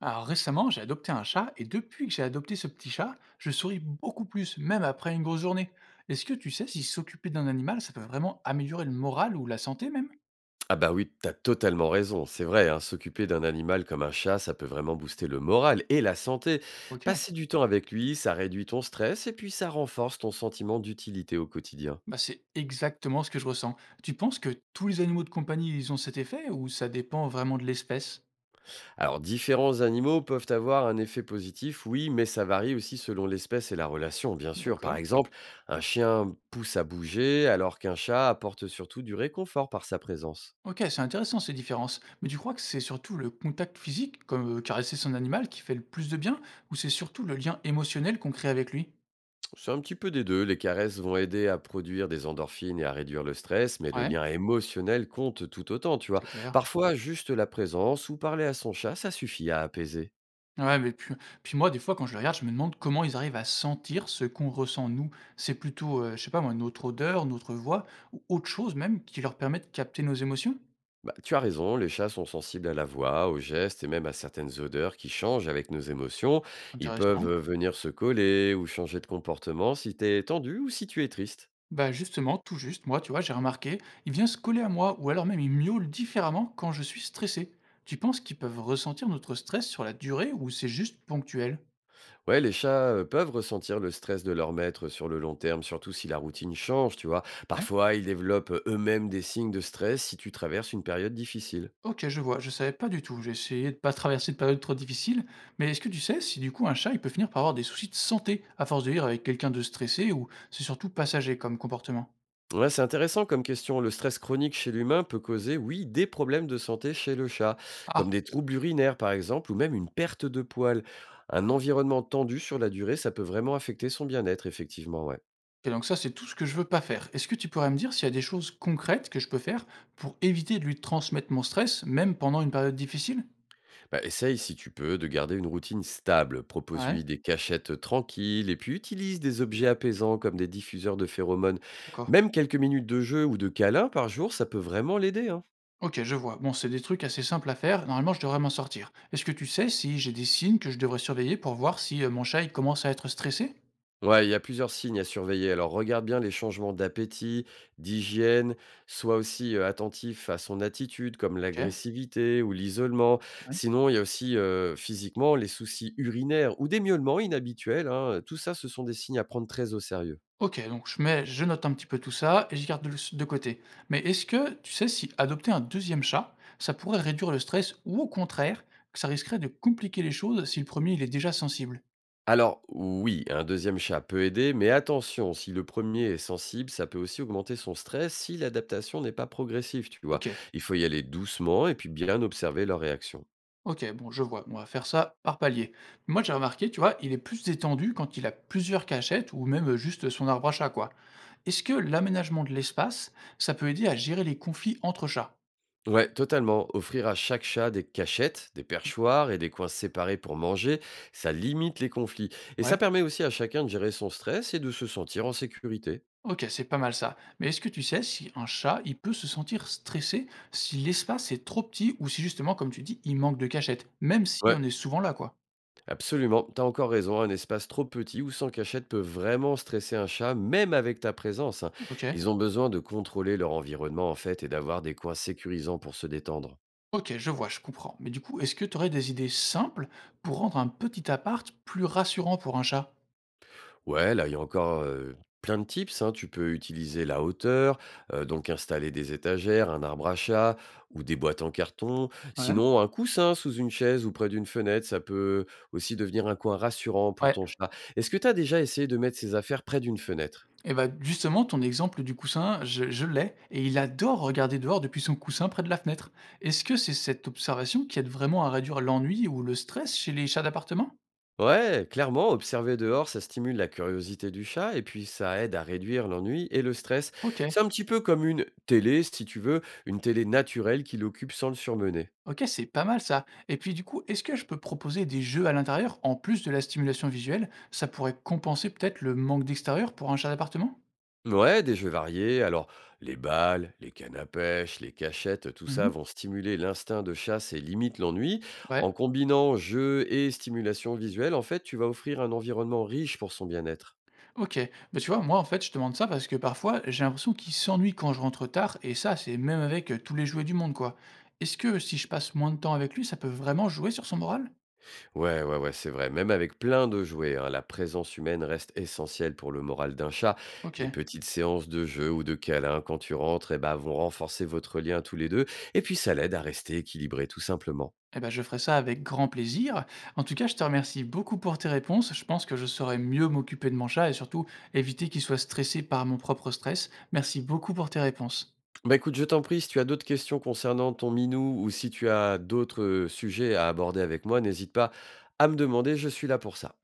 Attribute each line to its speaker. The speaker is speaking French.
Speaker 1: Alors récemment, j'ai adopté un chat et depuis que j'ai adopté ce petit chat, je souris beaucoup plus, même après une grosse journée. Est-ce que tu sais si s'occuper d'un animal, ça peut vraiment améliorer le moral ou la santé même?
Speaker 2: Ah bah oui, t'as totalement raison, c'est vrai, hein, s'occuper d'un animal comme un chat, ça peut vraiment booster le moral et la santé.
Speaker 1: Ok.
Speaker 2: Passer du temps avec lui, ça réduit ton stress et puis ça renforce ton sentiment d'utilité au quotidien.
Speaker 1: Bah c'est exactement ce que je ressens. Tu penses que tous les animaux de compagnie, ils ont cet effet ou ça dépend vraiment de l'espèce?
Speaker 2: Alors différents animaux peuvent avoir un effet positif, oui, mais ça varie aussi selon l'espèce et la relation, bien sûr. Par
Speaker 1: D'accord.
Speaker 2: exemple, un chien pousse à bouger alors qu'un chat apporte surtout du réconfort par sa présence.
Speaker 1: Ok, c'est intéressant ces différences. Mais tu crois que c'est surtout le contact physique, comme caresser son animal, qui fait le plus de bien, ou c'est surtout le lien émotionnel qu'on crée avec lui?
Speaker 2: C'est un petit peu des 2. Les caresses vont aider à produire des endorphines et à réduire le stress, mais le
Speaker 1: Ouais,
Speaker 2: lien émotionnel compte tout autant, tu vois.
Speaker 1: c'est clair.
Speaker 2: Parfois, juste la présence ou parler à son chat, ça suffit à apaiser.
Speaker 1: Ouais, mais puis puis moi, des fois, quand je les regarde, je me demande comment ils arrivent à sentir ce qu'on ressent nous. C'est plutôt, je sais pas moi, notre odeur, notre voix ou autre chose même qui leur permet de capter nos émotions?
Speaker 2: Bah, tu as raison, les chats sont sensibles à la voix, aux gestes et même à certaines odeurs qui changent avec nos émotions. Ils peuvent
Speaker 1: Intéressant.
Speaker 2: venir se coller ou changer de comportement si tu es tendu ou si tu es triste.
Speaker 1: Bah, justement, tout juste, moi, tu vois, j'ai remarqué, il vient se coller à moi ou alors même il miaule différemment quand je suis stressé. Tu penses qu'ils peuvent ressentir notre stress sur la durée ou c'est juste ponctuel?
Speaker 2: Ouais, les chats peuvent ressentir le stress de leur maître sur le long terme, surtout si la routine change, tu vois.
Speaker 1: Ouais.
Speaker 2: Parfois, ils développent eux-mêmes des signes de stress si tu traverses une période difficile.
Speaker 1: OK, je vois, je savais pas du tout. J'ai essayé de pas traverser de période trop difficile, mais est-ce que tu sais si du coup un chat, il peut finir par avoir des soucis de santé à force de vivre avec quelqu'un de stressé ou c'est surtout passager comme comportement?
Speaker 2: Ouais, c'est intéressant comme question. Le stress chronique chez l'humain peut causer, oui, des problèmes de santé chez le chat,
Speaker 1: Ah.
Speaker 2: comme des troubles urinaires par exemple, ou même une perte de poils. Un environnement tendu sur la durée, ça peut vraiment affecter son bien-être, effectivement, ouais.
Speaker 1: OK, donc ça c'est tout ce que je veux pas faire. Est-ce que tu pourrais me dire s'il y a des choses concrètes que je peux faire pour éviter de lui transmettre mon stress, même pendant une période difficile?
Speaker 2: Bah, essaye, si tu peux, de garder une routine stable.
Speaker 1: Ouais,
Speaker 2: Propose-lui des cachettes tranquilles et puis utilise des objets apaisants comme des diffuseurs de phéromones.
Speaker 1: d'accord.
Speaker 2: Même quelques minutes de jeu ou de câlin par jour, ça peut vraiment l'aider, hein.
Speaker 1: OK, je vois. Bon, c'est des trucs assez simples à faire. Normalement, je devrais m'en sortir. Est-ce que tu sais si j'ai des signes que je devrais surveiller pour voir si mon chat il commence à être stressé?
Speaker 2: Ouais, il y a plusieurs signes à surveiller. Alors regarde bien les changements d'appétit, d'hygiène. Sois aussi attentif à son attitude, comme
Speaker 1: OK.
Speaker 2: l'agressivité ou l'isolement.
Speaker 1: Ouais.
Speaker 2: Sinon, il y a aussi physiquement les soucis urinaires ou des miaulements inhabituels, hein. Tout ça, ce sont des signes à prendre très au sérieux.
Speaker 1: OK, donc je mets je note un petit peu tout ça et je garde le de côté. Mais est-ce que tu sais si adopter un deuxième chat, ça pourrait réduire le stress ou au contraire, que ça risquerait de compliquer les choses si le premier il est déjà sensible?
Speaker 2: Alors oui, un deuxième chat peut aider, mais attention, si le premier est sensible, ça peut aussi augmenter son stress si l'adaptation n'est pas progressive, tu vois.
Speaker 1: OK.
Speaker 2: Il faut y aller doucement et puis bien observer leur réaction.
Speaker 1: OK, bon je vois, on va faire ça par palier. Moi j'ai remarqué, tu vois, il est plus détendu quand il a plusieurs cachettes ou même, juste son arbre à chat quoi. Est-ce que l'aménagement de l'espace, ça peut aider à gérer les conflits entre chats?
Speaker 2: Ouais, totalement. Offrir à chaque chat des cachettes, des perchoirs et des coins séparés pour manger, ça limite les conflits. Et ça
Speaker 1: Ouais.
Speaker 2: permet aussi à chacun de gérer son stress et de se sentir en sécurité.
Speaker 1: OK, c'est pas mal ça. Mais est-ce que tu sais si un chat, il peut se sentir stressé si l'espace est trop petit ou si justement, comme tu dis, il manque de cachette, même si
Speaker 2: Ouais,
Speaker 1: on est souvent là, quoi?
Speaker 2: absolument, t'as encore raison, un espace trop petit ou sans cachette peut vraiment stresser un chat, même avec ta présence, hein.
Speaker 1: OK.
Speaker 2: Ils ont besoin de contrôler leur environnement en fait et d'avoir des coins sécurisants pour se détendre.
Speaker 1: OK, je vois, je comprends. Mais du coup, est-ce que tu aurais des idées simples pour rendre un petit appart plus rassurant pour un chat?
Speaker 2: Ouais, là il y a encore plein de tips, hein. Tu peux utiliser la hauteur, donc installer des étagères, un arbre à chat ou des boîtes en carton.
Speaker 1: Ouais.
Speaker 2: Sinon, un coussin sous une chaise ou près d'une fenêtre, ça peut aussi devenir un coin rassurant pour
Speaker 1: Ouais,
Speaker 2: ton chat. Est-ce que t'as déjà essayé de mettre ses affaires près d'une fenêtre?
Speaker 1: et bah justement, ton exemple du coussin, je l'ai, et il adore regarder dehors depuis son coussin près de la fenêtre. Est-ce que c'est cette observation qui aide vraiment à réduire l'ennui ou le stress chez les chats d'appartement?
Speaker 2: Ouais, clairement, observer dehors, ça stimule la curiosité du chat et puis ça aide à réduire l'ennui et le stress.
Speaker 1: Ok.
Speaker 2: C'est un petit peu comme une télé, si tu veux, une télé naturelle qui l'occupe sans le surmener.
Speaker 1: OK, c'est pas mal ça. Et puis du coup, est-ce que je peux proposer des jeux à l'intérieur en plus de la stimulation visuelle? Ça pourrait compenser peut-être le manque d'extérieur pour un chat d'appartement?
Speaker 2: Ouais, des jeux variés, alors les balles, les cannes à pêche, les cachettes, tout ça
Speaker 1: Mmh.
Speaker 2: vont stimuler l'instinct de chasse et limite l'ennui.
Speaker 1: Ouais,
Speaker 2: En combinant jeu et stimulation visuelle, en fait, tu vas offrir un environnement riche pour son bien-être.
Speaker 1: OK. Bah, tu vois, moi en fait, je te demande ça parce que parfois, j'ai l'impression qu'il s'ennuie quand je rentre tard et ça, c'est même avec, tous les jouets du monde, quoi. Est-ce que si je passe moins de temps avec lui, ça peut vraiment jouer sur son moral?
Speaker 2: Ouais, ouais, ouais, c'est vrai. Même avec plein de jouets, hein, la présence humaine reste essentielle pour le moral d'un chat. Des
Speaker 1: OK.
Speaker 2: petites séances de jeu ou de câlins quand tu rentres eh ben, vont renforcer votre lien tous les deux. Et puis, ça l'aide à rester équilibré, tout simplement.
Speaker 1: Eh ben, je ferai ça avec grand plaisir. En tout cas, je te remercie beaucoup pour tes réponses. Je pense que je saurais mieux m'occuper de mon chat et surtout éviter qu'il soit stressé par mon propre stress. Merci beaucoup pour tes réponses.
Speaker 2: Bah écoute, je t'en prie, si tu as d'autres questions concernant ton minou ou si tu as d'autres sujets à aborder avec moi, n'hésite pas à me demander, je suis là pour ça.